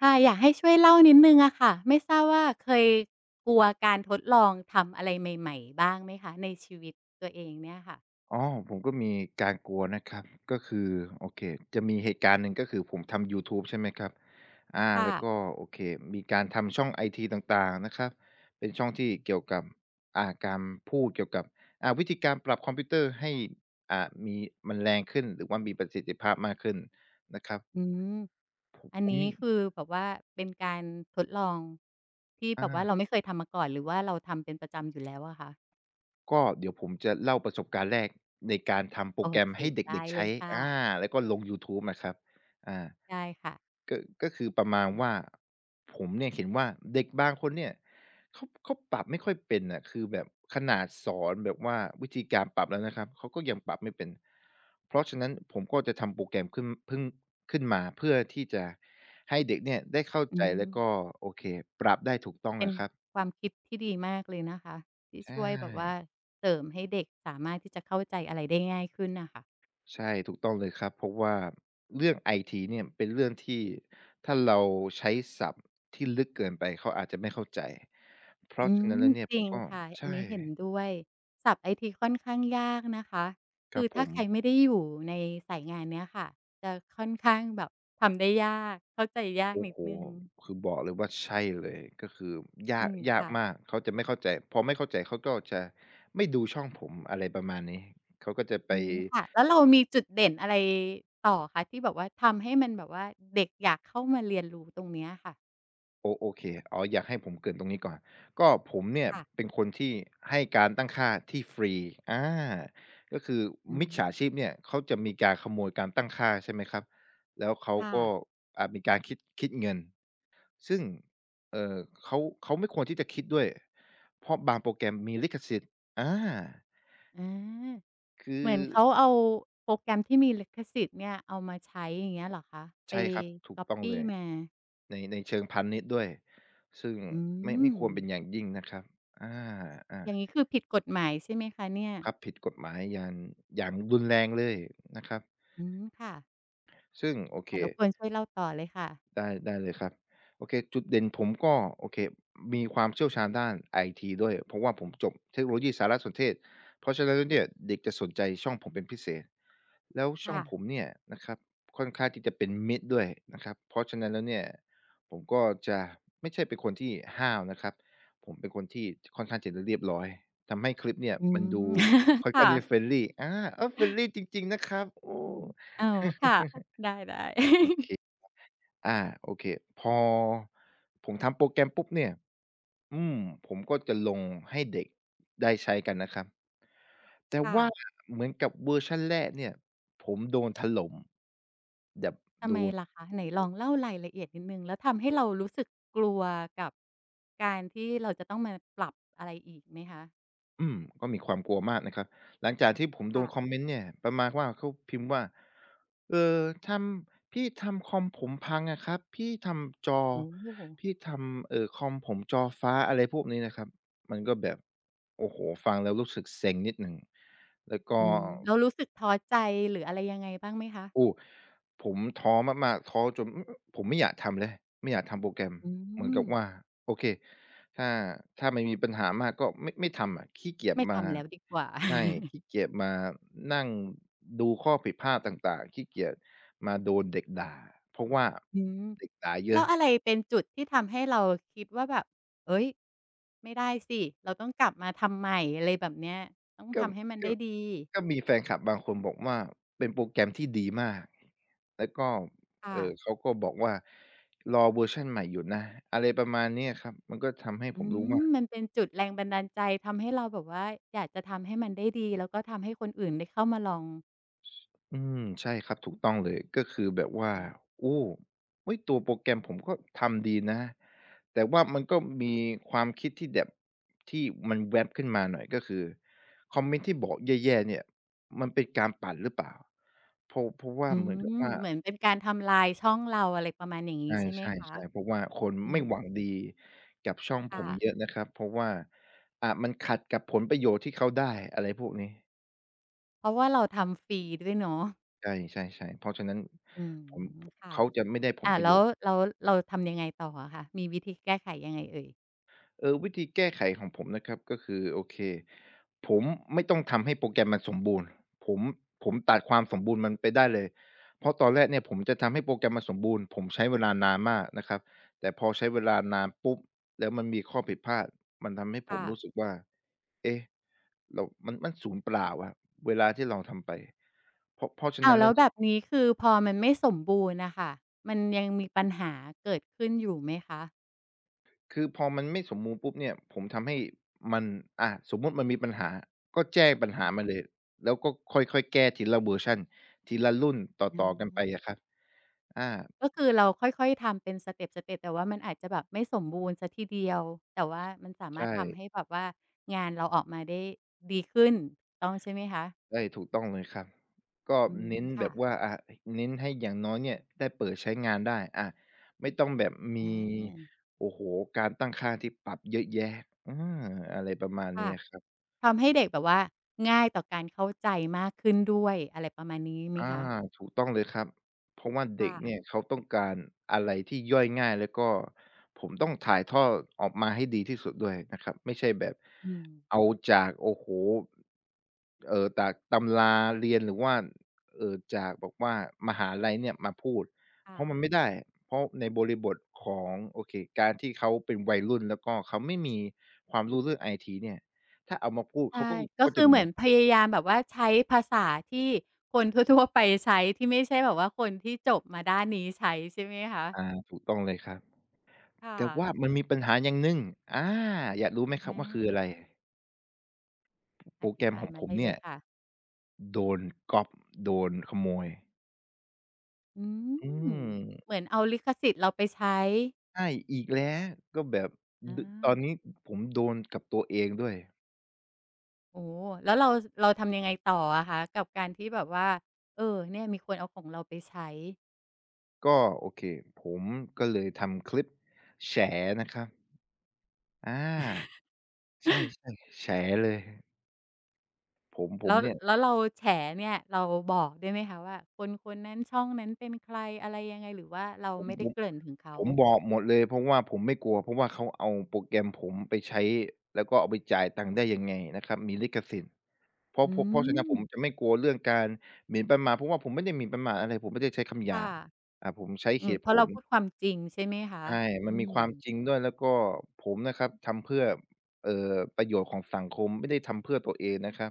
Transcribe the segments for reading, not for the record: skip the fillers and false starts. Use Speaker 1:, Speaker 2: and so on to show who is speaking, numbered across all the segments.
Speaker 1: ค่ะอยากให้ช่วยเล่านิดหนึ่งอะค่ะไม่ทราบว่าเคยกลัวการทดลองทำอะไรใหม่ๆบ้างไหมคะในชีวิตตัวเองเนี่ยค่ะ
Speaker 2: อ๋อผมก็มีการกลัวนะครับก็คือโอเคจะมีเหตุการณ์หนึ่งก็คือผมทำยูทูบใช่ไหมครับ
Speaker 1: ค่ะ
Speaker 2: แล้วก็โอเคมีการทำช่องไอทีต่างๆนะครับเป็นช่องที่เกี่ยวกับการพูดเกี่ยวกับวิธีการปรับคอมพิวเตอร์ให้อ่ามีมันแรงขึ้นหรือว่ามีประสิทธิภาพมากขึ้นนะครับ
Speaker 1: อืม
Speaker 2: ผม
Speaker 1: อัน
Speaker 2: ผม
Speaker 1: นี้
Speaker 2: นี่
Speaker 1: คือแบบว่าเป็นการทดลองที่แบบว่าเรา
Speaker 2: อา
Speaker 1: ไม่เคยทำมาก่อนหรือว่าเราทำเป็นประจำอยู่แล้วอะคะ
Speaker 2: ก็เดี๋ยวผมจะเล่าประสบการณ์แรกในการทำโป
Speaker 1: โอ
Speaker 2: รแกรม
Speaker 1: เค
Speaker 2: ให้
Speaker 1: ได้
Speaker 2: เด็กๆ
Speaker 1: เล
Speaker 2: ใช้
Speaker 1: ย
Speaker 2: อา
Speaker 1: ค่ะ
Speaker 2: แล้วก็ลงยูทูบนะครับอา
Speaker 1: ได้ค่ะ
Speaker 2: ก็ก็คือประมาณว่าผมเนี่ยเห็นว่าเด็กบางคนเนี่ยเขาปรับไม่ค่อยเป็นน่ะคือแบบขนาดสอนแบบว่าวิธีการปรับแล้วนะครับเขาก็ยังปรับไม่เป็นเพราะฉะนั้นผมก็จะทำโปรแกรมขึ้นเพิ่งขึ้นมาเพื่อที่จะให้เด็กเนี่ยได้เข้า
Speaker 1: อื
Speaker 2: ใจแล้วก็
Speaker 1: ม
Speaker 2: โอเคปรับได้ถูกต้อง
Speaker 1: เป็น
Speaker 2: อะครับ
Speaker 1: ความคิดที่ดีมากเลยนะคะที่
Speaker 2: ใช่
Speaker 1: ช่วยแบบว่าเสริมให้เด็กสามารถที่จะเข้าใจอะไรได้ง่ายขึ้นน่ะค่ะ
Speaker 2: ใช่ถูกต้องเลยครับเพราะว่าเรื่องไอทีเนี่ยเป็นเรื่องที่ถ้าเราใช้ศัพท์ที่ลึกเกินไปเขาอาจจะไม่เข้าใจเพราะ
Speaker 1: อื
Speaker 2: ฉะนั้น
Speaker 1: ม
Speaker 2: แล้วเนี่ย
Speaker 1: จ
Speaker 2: ผ
Speaker 1: ริ
Speaker 2: ม
Speaker 1: ง
Speaker 2: ก็
Speaker 1: ค่ะอั
Speaker 2: ใช่
Speaker 1: นนี้เห็นด้วยศัพท์ไอทีค่อนข้างยากนะคะ
Speaker 2: ค
Speaker 1: คื
Speaker 2: รั
Speaker 1: อ
Speaker 2: บผ
Speaker 1: ถ้า
Speaker 2: ม
Speaker 1: ใครไม่ได้อยู่ในสายงานเนี้ยค่ะจะค่อนข้างแบบทำได้ยากเข้าใจยาก
Speaker 2: โอ้
Speaker 1: นิด
Speaker 2: โฮ
Speaker 1: หนึ่ง
Speaker 2: คือบอกเลยว่าใช่เลยก็คือยา
Speaker 1: อื
Speaker 2: ก
Speaker 1: ม
Speaker 2: ยาก
Speaker 1: ค่ะ
Speaker 2: มากเขาจะไม่เข้าใจพอไม่เข้าใจเขาก็จะไม่ดูช่องผมอะไรประมาณนี้เขาก็จะไป
Speaker 1: อืมค่ะแล้วเรามีจุดเด่นอะไรต่อคะที่แบบว่าทำให้มันแบบว่าเด็กอยากเข้ามาเรียนรู้ตรงเนี้ยค่ะ
Speaker 2: โอเคอยากให้ผมเกริ่นตรงนี้ก่อนก็ผมเนี่ย
Speaker 1: ค่ะ
Speaker 2: เป็นคนที่ให้การตั้งค่าที่ฟรีอาก็คือ
Speaker 1: อื
Speaker 2: มิจฉา
Speaker 1: ม
Speaker 2: ชีพเนี่ยเขาจะมีการขโมยการตั้งค่าใช่ไหมครับแล้วเขา
Speaker 1: ค่ะ
Speaker 2: ก็มีการคิดเงิน ซึ่งเอ่อเขาไม่ควรที่จะคิดด้วยเพราะบางโปรแกรมมีลิขสิทธิ์อา
Speaker 1: อา
Speaker 2: คื
Speaker 1: เห
Speaker 2: อ
Speaker 1: มือนเขาเอาโปรแกรมที่มีลิขสิทธิ์เนี่ยเอามาใช้อย่างเงี้ยเหรอคะไป
Speaker 2: ใช่ครับถูก
Speaker 1: ก๊อบ
Speaker 2: ต้องเล
Speaker 1: ปี้
Speaker 2: ย
Speaker 1: มา
Speaker 2: ในเชิงพาณิชย์ด้วยซึ่ง
Speaker 1: อื
Speaker 2: ไม่
Speaker 1: ม
Speaker 2: ควรเป็นอย่างยิ่งนะครับอา
Speaker 1: อย่าง
Speaker 2: ๆ
Speaker 1: นี้คือผิดกฎหมายใช่ไหมคะเนี่ย
Speaker 2: ครับผิดกฎหมายอย่างรุนแรงเลยนะครับ
Speaker 1: อืมค่ะ
Speaker 2: ซึ่งโอเค
Speaker 1: อ่ารบกวนช่วยเล่าต่อเลยค่ะ
Speaker 2: ได้ได้เลยครับโอเคจุดเด่นผมก็โอเคมีความเชี่ยวชาญด้านไอทีด้วยเพราะว่าผมจบเทคโนโลยีสารสนเทศเพราะฉะนั้นแล้วเนี่ยเด็กจะสนใจช่องผมเป็นพิเศษแล้วช่อ
Speaker 1: ค่ะ
Speaker 2: งผมเนี่ยนะครับค่อนข้างที่จะเป็นมิตรด้วยนะครับเพราะฉะนั้นแล้วเนี่ยผมก็จะไม่ใช่เป็นคนที่ห้าวนะครับผมเป็นคนที่ค่อนข้างจะเรียบร้อยทำให้คลิปเนี่ย
Speaker 1: อื
Speaker 2: มันดู
Speaker 1: ม
Speaker 2: ค่อนข้าง
Speaker 1: ค่ะ
Speaker 2: ที่จะ friendly เออ friendly จริงๆนะครับโอ้
Speaker 1: อ้าวค่ะได้
Speaker 2: โอเค
Speaker 1: ๆ
Speaker 2: อาโอเคพอผมทำโปรแกรมปุ๊บเนี่ยอืมผมก็จะลงให้เด็กได้ใช้กันนะครับแต่
Speaker 1: ค่ะ
Speaker 2: ว่าเหมือนกับเวอร์ชันแรกเนี่ยผมโดนถล่มแบบ
Speaker 1: ทำ
Speaker 2: โด
Speaker 1: ไม
Speaker 2: น
Speaker 1: ล่ะคะไหนลองเล่ารายละเอียดนิดหนึ่งแล้วทำให้เรารู้สึกกลัวกับการที่เราจะต้องมาปรับอะไรอีกไหมคะ
Speaker 2: อืมก็มีความกลัวมากนะครับหลังจากที่ผมโด
Speaker 1: ค่ะ
Speaker 2: นคอมเมนต์เนี่ยประมาณว่าเขาพิมพ์ว่าเออทำพี่ทำคอมผมพังอะครับพี่ทำจอ
Speaker 1: โอ้โฮ
Speaker 2: พี่ทำคอมผมจอฟ้าอะไรพวกนี้นะครับมันก็แบบโอ้โฮฟังแล้วรู้สึกเซ็งนิดหนึ่งแล้วก็
Speaker 1: อืมแล้วรู้สึกท้อใจหรืออะไรยังไงบ้างไหมคะ
Speaker 2: โอ้ผมท้อมากๆท้อจนอผมไม่อยากทำแล้วไม่อยากทำโปรแกรม
Speaker 1: อื
Speaker 2: เหมือน
Speaker 1: ม
Speaker 2: กับว่าโอเคถ้าถ้ามันมีปัญหามากก็ไม่ทำอะขี้เกียจ
Speaker 1: ไม่
Speaker 2: มา
Speaker 1: ทำแล้วดีกว่า
Speaker 2: ใช่ขี้เกียจมานั่งดูข้อผิดพลาดต่างๆขี้เกียจมาโดนเด็กด่าเพราะว่า
Speaker 1: อืม
Speaker 2: เด็กด่าเย
Speaker 1: แล้
Speaker 2: อะ
Speaker 1: วอะไรเป็นจุดที่ทำให้เราคิดว่าแบบเอ้ยไม่ได้สิ เราต้องกลับมาทำใหม่อะไรแบบเนี้ยต้อง
Speaker 2: ก็
Speaker 1: ทำให้มันได้
Speaker 2: ก็
Speaker 1: ดี
Speaker 2: ก็มีแฟนคลับบางคนบอกว่าเป็นโปรแกรมที่ดีมากแล้วก็
Speaker 1: ค่ะ
Speaker 2: เขาก็บอกว่ารอเวอร์ชันใหม่อยู่นะอะไรประมาณเนี้ยครับมันก็ทำให้ผ
Speaker 1: อื
Speaker 2: มรู้ว่า
Speaker 1: มมันเป็นจุดแรงบันดาลใจทำให้เราแบบว่าอยากจะทำให้มันได้ดีแล้วก็ทำให้คนอื่นได้เข้ามาลอง
Speaker 2: ใช่ครับถูกต้องเลยก็คือแบบว่า
Speaker 1: อืม
Speaker 2: โอ้เฮ้ยตัวโปรแกรมผมก็ทำดีนะแต่ว่ามันก็มีความคิดที่แบบที่มันแว็บขึ้นมาหน่อยก็คือคอมเมนต์ที่บอกแย่ๆเนี่ยมันเป็นการปั่นหรือเปล่าเพราะว่า
Speaker 1: อื
Speaker 2: เหมือนกับ
Speaker 1: ม
Speaker 2: ว่า
Speaker 1: เหมือนเป็นการทำลายช่องเราอะไรประมาณอย่างงี้
Speaker 2: ใช่
Speaker 1: ใช่ไหม
Speaker 2: ใช่
Speaker 1: คะ
Speaker 2: ใช่เพราะว่าคน
Speaker 1: อื
Speaker 2: ไม่
Speaker 1: ม
Speaker 2: หวังดีกับช่องผ
Speaker 1: ค่ะ
Speaker 2: มเยอะนะครับเพราะว่ามันขัดกับผลประโยชน์ที่เขาได้อะไรพวกนี้
Speaker 1: เพราะว่าเราทำฟรีด้วยเนาะ
Speaker 2: ใช่ๆๆเพราะฉะนั้น
Speaker 1: อืม
Speaker 2: ผม
Speaker 1: ค่ะ
Speaker 2: เขาจะไม่ได้ผ
Speaker 1: อ่า
Speaker 2: ลประ
Speaker 1: แล้
Speaker 2: โย
Speaker 1: ว
Speaker 2: ชน์
Speaker 1: แล้วเราทำยังไงต่ออะคะ มีวิธีแก้ไขยังไงเอ่ย
Speaker 2: วิธีแก้ไขของผมนะครับก็คือโอเคผมไม่ต้องทำให้โปรแกรมมันสมบูรณ์ผมผมตัดความสมบูรณ์มันไปได้เลยเพราะตอนแรกเนี่ยผมจะทำให้โปรแกรมมันสมบูรณ์ผมใช้เวลานานมากนะครับแต่พอใช้เวลานานปุ๊บแล้วมันมีข้อผิดพลาดมันทำให้ผม
Speaker 1: ค่ะ
Speaker 2: รู้สึกว่าเอ๊ะ เรามันศูนย์เปล่าอะเวลาที่เราทำไปเพราะเพราะฉะ
Speaker 1: อ้า
Speaker 2: นั้
Speaker 1: ว
Speaker 2: น
Speaker 1: แล้
Speaker 2: แล้
Speaker 1: ว
Speaker 2: ว
Speaker 1: แบ
Speaker 2: เนี่ย
Speaker 1: บนี้คือพอมันไม่สมบูรณ์น่ะค่ะมันยังมีปัญหาเกิดขึ้นอยู่ไหมคะ
Speaker 2: คือพอมันไม่สมบูรณ์ปุ๊บเนี่ยผมทำให้มันสมมุติมันมีปัญหาก็แจ้งปัญหา
Speaker 1: ค่ะ
Speaker 2: มาเลยแล้วก็ค่อยๆแก้ทีละเวอร์ชันทีละรุ่นต
Speaker 1: อ
Speaker 2: ่อๆกันไปอะค
Speaker 1: า
Speaker 2: รับอา
Speaker 1: ก็คือเราค่อยๆทำเป็นสเต็ปๆแต่ว่ามันอาจจะแบบไม่สมบูรณ์เสียทีเดียวแต่ว่ามันสามา
Speaker 2: ใช่
Speaker 1: รถทำให้แบบว่างานเราออกมาได้ดีขึ้นถูกต้องใช่ไหมคะ
Speaker 2: ใช่ถูกต้องเลยครับก็
Speaker 1: อืม
Speaker 2: เน้นแบ
Speaker 1: ค่ะ
Speaker 2: บว่าเน้นให้อย่างน้อยเนี่ยได้เปิดใช้งานได้ไม่ต้องแบบมี
Speaker 1: อา
Speaker 2: โอ้โฮการตั้งค่าที่ปรับเยอะแยะอาอะไรประมาณ
Speaker 1: ค่ะ
Speaker 2: นี้อะครับ
Speaker 1: ทำให้เด็กแบบว่าง่ายต่อการเข้าใจมากขึ้นด้วยอะไรประมาณนี้ไหม
Speaker 2: อา
Speaker 1: คะ
Speaker 2: ถูกต้องเลยครับเพราะว่าเด็
Speaker 1: ค่ะ
Speaker 2: กเนี่ยเขาต้องการอะไรที่ย่อยง่ายแล้วก็ผมต้องถ่ายทอดออกมาให้ดีที่สุดด้วยนะครับไม่ใช่แบบ
Speaker 1: อืม
Speaker 2: เอาจากโอ้โฮจากตำราเรียนหรือว่าจากแบบว่ามหาลัยเนี่ยมาพูดเพ
Speaker 1: ค่ะ
Speaker 2: ราะมันไม่ได้เพราะในบริบทของโอเคการที่เขาเป็นวัยรุ่นแล้วก็เขาไม่มีความรู้เรื่องไอทีเนี่ยถ้าเอามาพูดเขา
Speaker 1: ใช่
Speaker 2: ก็
Speaker 1: ก็
Speaker 2: ก็
Speaker 1: คื
Speaker 2: จะ
Speaker 1: อเห
Speaker 2: ง
Speaker 1: มือ
Speaker 2: ง
Speaker 1: นพยายามแบบว่าใช้ภาษาที่คนทั่วๆไปใช้ที่ไม่ใช่แบบว่าคนที่จบมาด้านนี้ใช้ใช่ไหมคะ
Speaker 2: ถูกต้องเลยครับ
Speaker 1: ค่ะ
Speaker 2: แต่ว่ามันมีปัญหาอย่างหนึ่งอาอยากรู้ไหมครับว่าคือ
Speaker 1: อา
Speaker 2: อะไร
Speaker 1: อ
Speaker 2: โปรแก
Speaker 1: ธิ
Speaker 2: รม
Speaker 1: บา
Speaker 2: ข
Speaker 1: ย
Speaker 2: อง
Speaker 1: มา
Speaker 2: ผม
Speaker 1: ได้เล
Speaker 2: เนี่
Speaker 1: ย
Speaker 2: ย
Speaker 1: ค่ะ
Speaker 2: โดนก๊อบโดนขโมย
Speaker 1: อื
Speaker 2: อื
Speaker 1: ม
Speaker 2: ม
Speaker 1: เหมือนเอาลิขสิทธิ์เราไปใช้
Speaker 2: ใช่อีกแล้วก็แบบ
Speaker 1: อา
Speaker 2: ดตอนนี้ผมโดนกับตัวเองด้วย
Speaker 1: โอ้โฮแล้วเราเราทำยังไงต่ออะคะกับการที่แบบว่าเออเนี่ยมีคนเอาของเราไปใช้
Speaker 2: ก็โอเคผมก็เลยทำคลิปแฉนะครับอาใช่ๆแฉเลยผมผ
Speaker 1: แล้
Speaker 2: ม
Speaker 1: ว
Speaker 2: เนี่ย
Speaker 1: แล้วเราแฉเนี่ย เราบอกด้วยไหมคะว่า คนๆนั้นช่องนั้นเป็นใครอะไรยังไง หรือว่าเรา
Speaker 2: ผม
Speaker 1: ไม่ได้
Speaker 2: ผม
Speaker 1: เกริ่นถึงเขา
Speaker 2: ผมบอกหมดเลยเพราะว่าผมไม่กลัวเพราะว่าเขาเอาโปรแกรมผมไปใช้แล้วก็เอาไปจ่ายตังค์ได้ยังไงนะครับมีลิขสิทธิ์ เพราะ
Speaker 1: อื
Speaker 2: เพราะเพราะฉะนั้นผ
Speaker 1: ม
Speaker 2: มจะไม่กลัวเรื่องการหมิ่นประมาทเพราะว่าผมไม่ได้หมิ่นประมาทอะไรผมไม่ได้ใช้คำหยา
Speaker 1: ค่ะ
Speaker 2: บอ่าผมใช้
Speaker 1: อื
Speaker 2: เห
Speaker 1: ม
Speaker 2: ตุ
Speaker 1: เพ
Speaker 2: ผ
Speaker 1: ราะเรา
Speaker 2: ล
Speaker 1: พูดความจริงใช่ไหมคะ
Speaker 2: ใช่
Speaker 1: อื
Speaker 2: มันมี
Speaker 1: ม
Speaker 2: ความจริงด้วยแล้วก็ผมนะครับทำเพื่อเอ่อประโยชน์ของสังคมไม่ได้ทำเพื่อตัวเองนะครับ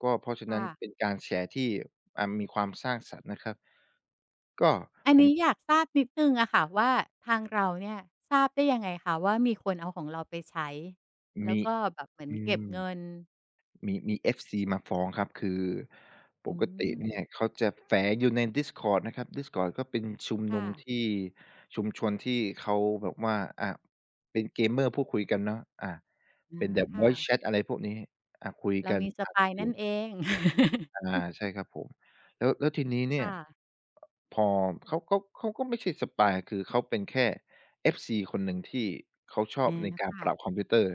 Speaker 2: ก็เพราะฉะนั้น
Speaker 1: ค่ะ
Speaker 2: เป็นการแฉที่อ่ามีความสร้างสรรค์นะครับก็
Speaker 1: อัน
Speaker 2: ผม
Speaker 1: นี้อยากทราบนิดหนึ่งอะค่ะว่าทางเราเนี่ยทราบได้ยังไงคะว่ามีคนเอาของเราไปใช้แล้ว
Speaker 2: มี
Speaker 1: ก็แบบเหมือน
Speaker 2: อื
Speaker 1: เก็บ
Speaker 2: ม
Speaker 1: เงิน
Speaker 2: มี FC มาฟ้องครับคือป
Speaker 1: อื
Speaker 2: กติ
Speaker 1: ม
Speaker 2: เนี่ยเขาจะแฝงอยู่ใน Discord นะครับ Discord ก็เป็นชุมนุ
Speaker 1: ค่ะ
Speaker 2: มที่ชุมชนที่เขาแบบว่าอาเป็นเกมเมอร์พูดคุยกันเนาะ
Speaker 1: อา
Speaker 2: เป็นแบบ
Speaker 1: ค่ะ
Speaker 2: voice chat อะไรพวกนี้คุย
Speaker 1: เรา
Speaker 2: กัน
Speaker 1: มีส
Speaker 2: ผ่าน
Speaker 1: ปาย
Speaker 2: เสี
Speaker 1: นั่
Speaker 2: ย
Speaker 1: น
Speaker 2: ง
Speaker 1: เอง
Speaker 2: ใช่ครับผมแล้วทีนี้เนี่ย
Speaker 1: ค่ะ
Speaker 2: พอเขาก็ไม่ใช่สปายคือเขาเป็นแค่ FC คนหนึ่งที่เขาชอ
Speaker 1: อา
Speaker 2: บในการปรับ
Speaker 1: ค่ะ
Speaker 2: คอมพิวเตอร์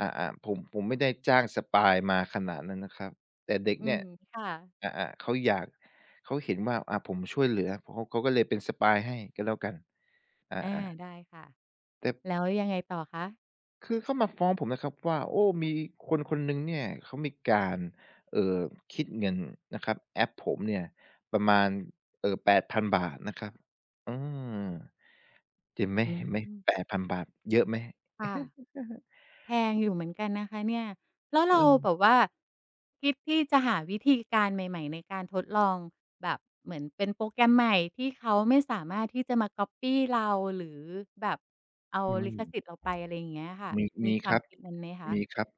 Speaker 2: อาๆผมไม่ได้จ้างสปายมาขนาดนั้นนะครับแต่เด็ก
Speaker 1: อื
Speaker 2: เนี่
Speaker 1: ม
Speaker 2: ย
Speaker 1: ค่ะ
Speaker 2: อาๆเขาอยากเขาเห็นว่าผมช่วยเหลือเขาเขาก็เลยเป็นสปายให้ก็แล้วกันอ
Speaker 1: อา
Speaker 2: า
Speaker 1: ได้ค่ะ
Speaker 2: ๆแต่
Speaker 1: แล้วยังไงต่อคะ
Speaker 2: คือเขามาฟ้องผมนะครับว่าโอ้มีคนหนึ่งเนี่ยเขามีการเอ่อคิดเงินนะครับแอปผมเนี่ยประมาณ8,000บาทนะครับออมเห็นไหม
Speaker 1: อื
Speaker 2: เห็
Speaker 1: ม
Speaker 2: นไหม8,000บาทเยอะไหม
Speaker 1: ค่ะ แพงอยู่เหมือนกันนะคะเนี่ยแล้ว
Speaker 2: เ
Speaker 1: เรา
Speaker 2: ออ
Speaker 1: แบบว่าคิดที่จะหาวิธีการใหม่ๆในการทดลองแบบเหมือนเป็นโปรแกรมใหม่ที่เขาไม่สามารถที่จะมาก๊อบปี้เราหรือแบบเอา
Speaker 2: อื
Speaker 1: ลิขสิท
Speaker 2: ม
Speaker 1: ธิ์เราไปอะไรอย่างเงี้ยค่ะ
Speaker 2: มี
Speaker 1: มี
Speaker 2: มี
Speaker 1: ค
Speaker 2: ค
Speaker 1: วาม
Speaker 2: รับ
Speaker 1: คิดนั้นไหม
Speaker 2: มี
Speaker 1: คะ
Speaker 2: ครับ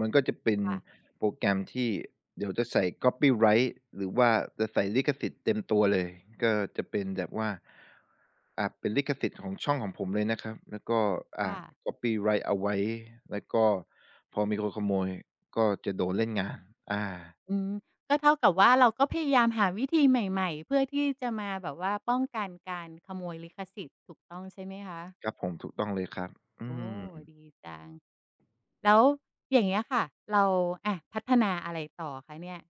Speaker 2: มันก็จะเป็น
Speaker 1: ค่ะ
Speaker 2: โปรแกรมที่เดี๋ยวจะใส่ Copyright หรือว่าจะใส่ลิขสิทธิ์เต็มตัวเลยก็จะเป็นแบบว่าอ่าเป็นลิขสิทธิ์ของช่องของผมเลยนะครับแล้วก็อ่า
Speaker 1: ค่ะ
Speaker 2: Copyright เอาไว้แล้วก็พอมีคนขโมยก็จะโดนเล่นงานอา
Speaker 1: อืมก็เท่ากับว่าเราก็พยายามหาวิธีใหม่ๆเพื่อที่จะมาแบบว่าป้องกันการขโมยลิขสิทธิ์ถูกต้องใช่ไหม
Speaker 2: ค
Speaker 1: คะ
Speaker 2: รับผมถูกต้องเลยครับอื
Speaker 1: โอ้
Speaker 2: ม
Speaker 1: ดีจัง แล้วอย่างเงี้ยค่ะเราอะพัฒนาอะไรต่อคะเนี่ย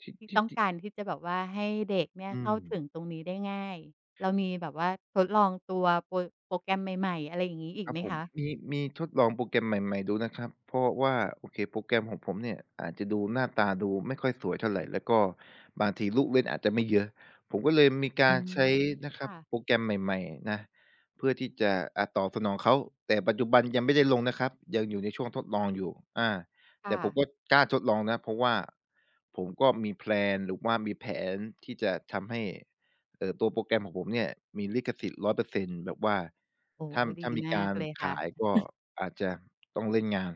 Speaker 2: ที่
Speaker 1: ที่
Speaker 2: ที่
Speaker 1: ต้อง
Speaker 2: จริง
Speaker 1: การที่จะแบบว่าให้เด็กเนี่ย
Speaker 2: อื
Speaker 1: เข้า
Speaker 2: ม
Speaker 1: ถึงตรงนี้ได้ง่ายเรามีแบบว่าทดลองตัวโปรโปรแกรมใหม่ๆอะไรอย่างงี้อี
Speaker 2: ค
Speaker 1: ก
Speaker 2: รั
Speaker 1: ไห
Speaker 2: บ
Speaker 1: ม
Speaker 2: ผม
Speaker 1: คะ
Speaker 2: มีมีทดลองโปรแกรมใหม่ๆดูนะครับเพราะว่าโอเคโปรแกรมของผมเนี่ยอาจจะดูหน้าตาดูไม่ค่อยสวยเท่าไรแล้วก็บางทีลูกเล่นอาจจะไม่เยอะผมก็เลยมี
Speaker 1: อื
Speaker 2: การ
Speaker 1: ม
Speaker 2: ใช้นะครับ
Speaker 1: ค่ะ
Speaker 2: โปรแกรมใหม่ๆนะเพื่อที่จะอ่าตอบสนองเขาแต่ปัจจุบันยังไม่ได้ลงนะครับยังอยู่ในช่วงทดลองอยู่อาแต่
Speaker 1: ค่ะ
Speaker 2: ผมก็กล้าทดลองนะเพราะว่าผมก็มีแพลนหรือว่ามีแผนที่จะทำให้ ตัวโปรแกรมของผมเนี่ยมีลิขสิทธิ์100%แบบว่า
Speaker 1: โอ้
Speaker 2: ถ้า
Speaker 1: โฮดี
Speaker 2: ถ้ามี
Speaker 1: มา
Speaker 2: กา
Speaker 1: ก
Speaker 2: ร
Speaker 1: เลย
Speaker 2: ขาย
Speaker 1: ค่ะ
Speaker 2: ก็อาจจะต้องเล่นงาน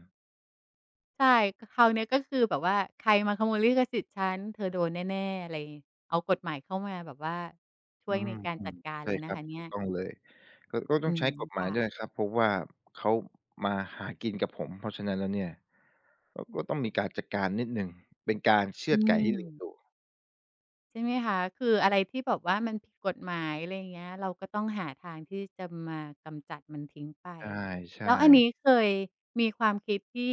Speaker 1: ใช่ก็คราวเนี้ยก็คือแบบว่าใครมาขโมยลิขสิทธิ์ฉันเธอโดนแน่ๆอะไรเอากฎหมายเข้ามาแบบว่าช่ว
Speaker 2: อื
Speaker 1: ยใน
Speaker 2: ม
Speaker 1: การ
Speaker 2: อื
Speaker 1: จั
Speaker 2: ม
Speaker 1: ดการเล
Speaker 2: ใช่
Speaker 1: ย
Speaker 2: ค
Speaker 1: นะ
Speaker 2: รับ
Speaker 1: คะเนี่
Speaker 2: ถู
Speaker 1: ย
Speaker 2: กต้องเลยก็
Speaker 1: อื
Speaker 2: ต้อง
Speaker 1: ม
Speaker 2: ใช้กฎหมาย
Speaker 1: ค่ะ
Speaker 2: ด้วยครับเพราะว่าเขามาหากินกับผมเพราะฉะนั้นแล้วเนี่ยก็ต้องมีการจัดการนิดหนึ่งเป็นการเชื
Speaker 1: อื
Speaker 2: อดไก่ให้ลิงดู
Speaker 1: ม ใช่ไหมคะคืออะไรที่แบบว่ามันผิดกฎหมายอะไรอย่างเงี้ยเราก็ต้องหาทางที่จะมากำจัดมันทิ้งไป
Speaker 2: ใช่
Speaker 1: แล้วอันนี้
Speaker 2: ๆ
Speaker 1: เคยมีความคิดที่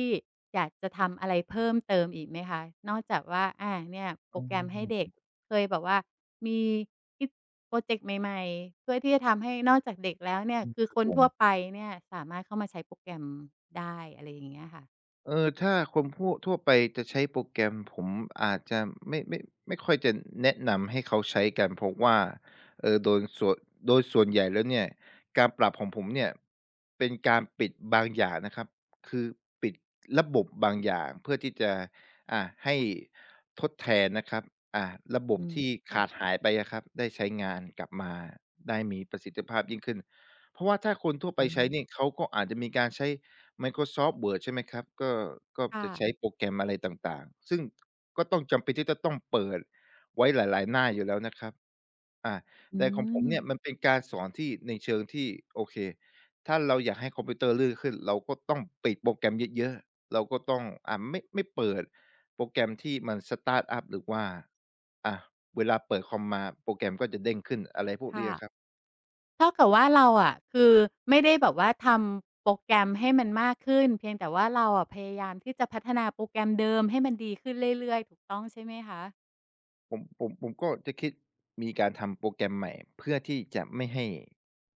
Speaker 1: อยากจะทำอะไรเพิ่มเติมอีกไหมคะนอกจากว่าอาเนี่ยโปร
Speaker 2: อื
Speaker 1: แกรมให้เด็ก
Speaker 2: ม
Speaker 1: เคยแบบว่ามีคิดพรอเจกต์ใหม่ๆเพื่อที่จะทำให้นอกจากเด็กแล้วเนี่ย
Speaker 2: อืม
Speaker 1: คือ
Speaker 2: ครั
Speaker 1: ค
Speaker 2: บ
Speaker 1: น
Speaker 2: ผม
Speaker 1: ทั่วไปเนี่ยสามารถเข้ามาใช้โปรแกรมได้อะไรอย่างเงี้ยค่ะ
Speaker 2: เออถ้าคนพูดทั่วไปจะใช้โปรแกรมผมอาจจะไม่ไม่ไม่ค่อยจะแนะนำให้เขาใช้กันเพราะว่าเอ่อโดยส่วนโดยส่วนใหญ่แล้วเนี่ยการปรับของผมเนี่ยเป็นการปิดบางอย่างนะครับคือปิดระบบบางอย่างเพื่อที่จะอ่าให้ทดแทนนะครับอ่าระบ
Speaker 1: อื
Speaker 2: บ
Speaker 1: ม
Speaker 2: ที่ขาด
Speaker 1: ค่ะ
Speaker 2: หายไปอะครับได้ใช้งานกลับมาได้มีประสิทธิภาพยิ่งขึ้นเพราะว่าถ้าคนทั่ว
Speaker 1: โอ้
Speaker 2: ไปใช้เนี่ยเขาก็อาจจะมีการใช้ Microsoft Word ใช่ไหมครับก็
Speaker 1: ค่ะ
Speaker 2: จะใช้โปรแกรมอะไรต่างๆซึ่งก็ต้องจำเป็นที่จะต้องเปิดไว้หลายๆหน้าอยู่แล้วนะครับอา
Speaker 1: อื
Speaker 2: แต่ของผม
Speaker 1: ม
Speaker 2: เนี่ยมันเป็นการสอนที่ในเชิงที่โอเคถ้าเราอยากให้คอมพิวเตอร์ลื่นขึ้นเราก็ต้องปิดโปรแกรมเยอะๆเราก็ต้องไม่เปิดโปรแกรมที่มันสตาร์ตอัปหรือว่าอ่าเวลาเปิดคอมมาโปรแกรมก็จะเด้งขึ้นอะไรพวกนี้
Speaker 1: ค่ะ
Speaker 2: อะครับ
Speaker 1: เท่ากับว่าเราอะคือไม่ได้แบบว่าทำโปรแกรมให้มันมากขึ้นเพียงแต่ว่าเราอะพยายามที่จะพัฒนาโปรแกรมเดิมให้มันดีขึ้นเรื่อยๆถูกต้องใช่ไหมคะ
Speaker 2: ผมก็จะคิดมีการทำโปรแกรมใหม่เพื่อที่จะไม่ให้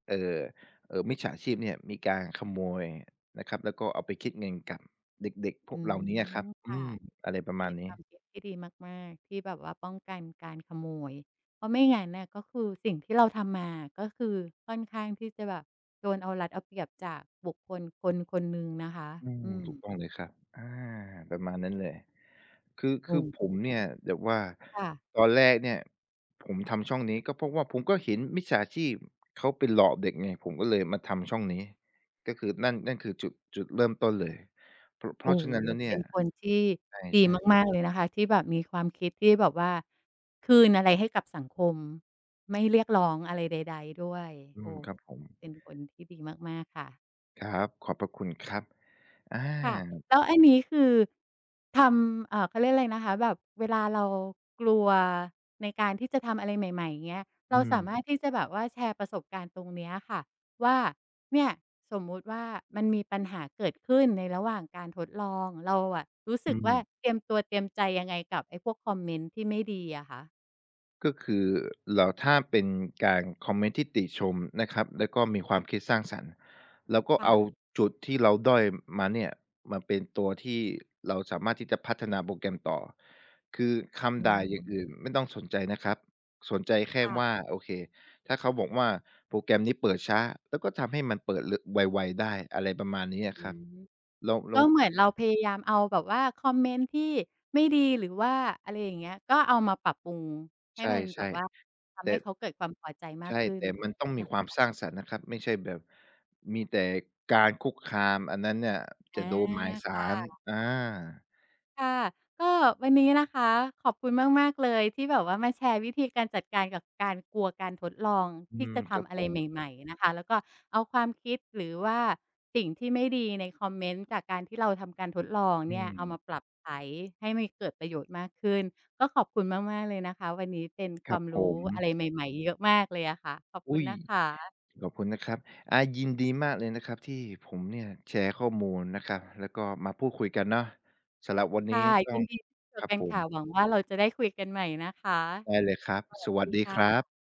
Speaker 2: เอ่อมิจฉาชีพเนี่ยมีการขโมยนะครับแล้วก็เอาไปคิดเงินกับเด็กๆพ
Speaker 1: อื
Speaker 2: วกเหล่านี้อะครั
Speaker 1: ม
Speaker 2: บอื
Speaker 1: ค่ะ
Speaker 2: มอะไรประมา
Speaker 1: เป็
Speaker 2: ณ
Speaker 1: นค
Speaker 2: นี้
Speaker 1: วามคิดที่ดีมากๆที่แบบว่าป้องกันการขโมยเพราะไม่งั้นน่ะก็คือสิ่งที่เราทำมาก็คือค่อนข้างที่จะแบบโดนเอารัดเอาเปรียบจากบุคคลคนๆหนึ่งนะคะ
Speaker 2: อืม
Speaker 1: อืม
Speaker 2: ถูกต้องเลยครับอาประมาณนั้นเลยคือ
Speaker 1: โอ
Speaker 2: คือผม
Speaker 1: ้
Speaker 2: เนี่ยแบบว่า
Speaker 1: ค่ะ
Speaker 2: ตอนแรกเนี่ยผมทำช่องนี้ก็เพราะว่าผมก็เห็นมิจฉาชีพเขาไปหลอกเด็กไงผมก็เลยมาทำช่องนี้ก็คือนั่นคือจุดเริ่มต้นเลยเพราะเพ
Speaker 1: โอ้
Speaker 2: ราะฉะ
Speaker 1: โฮ
Speaker 2: นั้นแล้วเนี่
Speaker 1: เป็
Speaker 2: ย
Speaker 1: นคนที่
Speaker 2: ใ
Speaker 1: ดี
Speaker 2: ช่ๆ
Speaker 1: มากๆเลยนะคะที่แบบมีความคิดที่แบบว่าคืนอะไรให้กับสังคมไม่เรียกร้องอะไรใดๆด้วย
Speaker 2: อื
Speaker 1: โอ้
Speaker 2: มครับผม
Speaker 1: เป็นคนที่ดีมากๆค่ะ
Speaker 2: ครับขอบพระคุณครับอา
Speaker 1: ค่ะแล้วอันนี้คือทำเขาเรียกอะไรนะคะแบบเวลาเรากลัวในการที่จะทำอะไรใหม่ๆอย่างเงี้ยเรา
Speaker 2: อืม
Speaker 1: สามารถที่จะแบบว่าแชร์ประสบการณ์ตรงเนี้ยค่ะว่าเนี่ยสมมุติว่ามันมีปัญหาเกิดขึ้นในระหว่างการทดลองเราอะรู้
Speaker 2: อื
Speaker 1: สึกว่า
Speaker 2: ม
Speaker 1: เตรียมตัวเตรียมใจยังไงกับไอ้พวกคอมเมนต์ที่ไม่ดีอะคะ
Speaker 2: ก็คือเราถ้าเป็นการคอมเมนต์ที่ติชมนะครับแล้วก็มีความคิดสร้างสรรค์เราก็เอา
Speaker 1: ค่ะ
Speaker 2: จุดที่เราด้อยมาเนี่ยมาเป็นตัวที่เราสามารถที่จะพัฒนาโปรแกรมต่อคือ
Speaker 1: อื
Speaker 2: คำด่าอ
Speaker 1: ม
Speaker 2: ย่างอื่นไม่ต้องสนใจนะครับสนใจแค่ว่า
Speaker 1: ค่ะ
Speaker 2: โอเคถ้าเขาบอกว่าโปรแกรมนี้เปิดช้าแล้วก็ทำให้มันเปิดรไวๆได้อะไรประมาณนี้อะ
Speaker 1: อื
Speaker 2: ครับ
Speaker 1: ม
Speaker 2: เรา
Speaker 1: ก็
Speaker 2: เรา
Speaker 1: เหมือนเราพยายามเอาแบบว่าคอมเมนต์ที่ไม่ดีหรือว่าอะไรอย่างเงี้ยก็เอามาปรับปรุงให้มันแบบ
Speaker 2: ใช่
Speaker 1: ว่า
Speaker 2: ๆ
Speaker 1: ทำ
Speaker 2: แต่
Speaker 1: ให้เขาเกิดความพอใจมาก
Speaker 2: ใช่
Speaker 1: ขึ้น
Speaker 2: แต่
Speaker 1: ถูก
Speaker 2: มัน
Speaker 1: ต้
Speaker 2: ต้
Speaker 1: อ
Speaker 2: อง
Speaker 1: ง
Speaker 2: มี
Speaker 1: นะ
Speaker 2: ความส
Speaker 1: คะ
Speaker 2: ร้างสรรค์นะครับไม่ใช่แบบมีแต่การคุกคามอันนั้นเนี่ย
Speaker 1: อ
Speaker 2: จะโดนหมายศา
Speaker 1: า
Speaker 2: ลอา
Speaker 1: ค่ะก็วันนี้นะคะขอบคุณมากๆเลยที่แบบว่ามาแชร์วิธีการจัดการกับการกลัวการทดลอง
Speaker 2: อื
Speaker 1: ที่
Speaker 2: ม
Speaker 1: จะ
Speaker 2: ครับ
Speaker 1: ทำอะ
Speaker 2: ผ
Speaker 1: ไร
Speaker 2: ม
Speaker 1: ใหม่ๆนะคะแล้วก็เอาความคิดหรือว่าสิ่งที่ไม่ดีในคอมเมนต์จากการที่เราทำการทดลอง
Speaker 2: อื
Speaker 1: เนี่ย
Speaker 2: ม
Speaker 1: เอามาปรับใช้ให้มันเกิดประโยชน์มากขึ้นก็ขอบคุณมากๆเลยนะคะวันนี้เป็นค
Speaker 2: ค
Speaker 1: วา
Speaker 2: รับ
Speaker 1: ม
Speaker 2: ผ
Speaker 1: รู้
Speaker 2: ม
Speaker 1: อะไรใหม่ๆเยอะมากเลยอะค่ะขอบคุ
Speaker 2: อุ๊
Speaker 1: ณ
Speaker 2: ย
Speaker 1: นะคะ
Speaker 2: ขอบคุณนะครับยินดีมากเลยนะครับที่ผมเนี่ยแชร์ข้อมูลนะครับแล้วก็มาพูดคุยกันเนาะสำหรับวันนี้
Speaker 1: ค่ะ
Speaker 2: ต้อ
Speaker 1: ยิ
Speaker 2: ง
Speaker 1: นดีที่เจ
Speaker 2: ค
Speaker 1: อ
Speaker 2: รับ
Speaker 1: กัน
Speaker 2: ผ
Speaker 1: ค่ะหวั
Speaker 2: ม
Speaker 1: งว่าเราจะได้คุยกันใหม่นะคะ
Speaker 2: ได้เลยครับ
Speaker 1: ส
Speaker 2: ส
Speaker 1: วัส
Speaker 2: วัส
Speaker 1: ดี
Speaker 2: ดีครั
Speaker 1: ค่ะ
Speaker 2: บ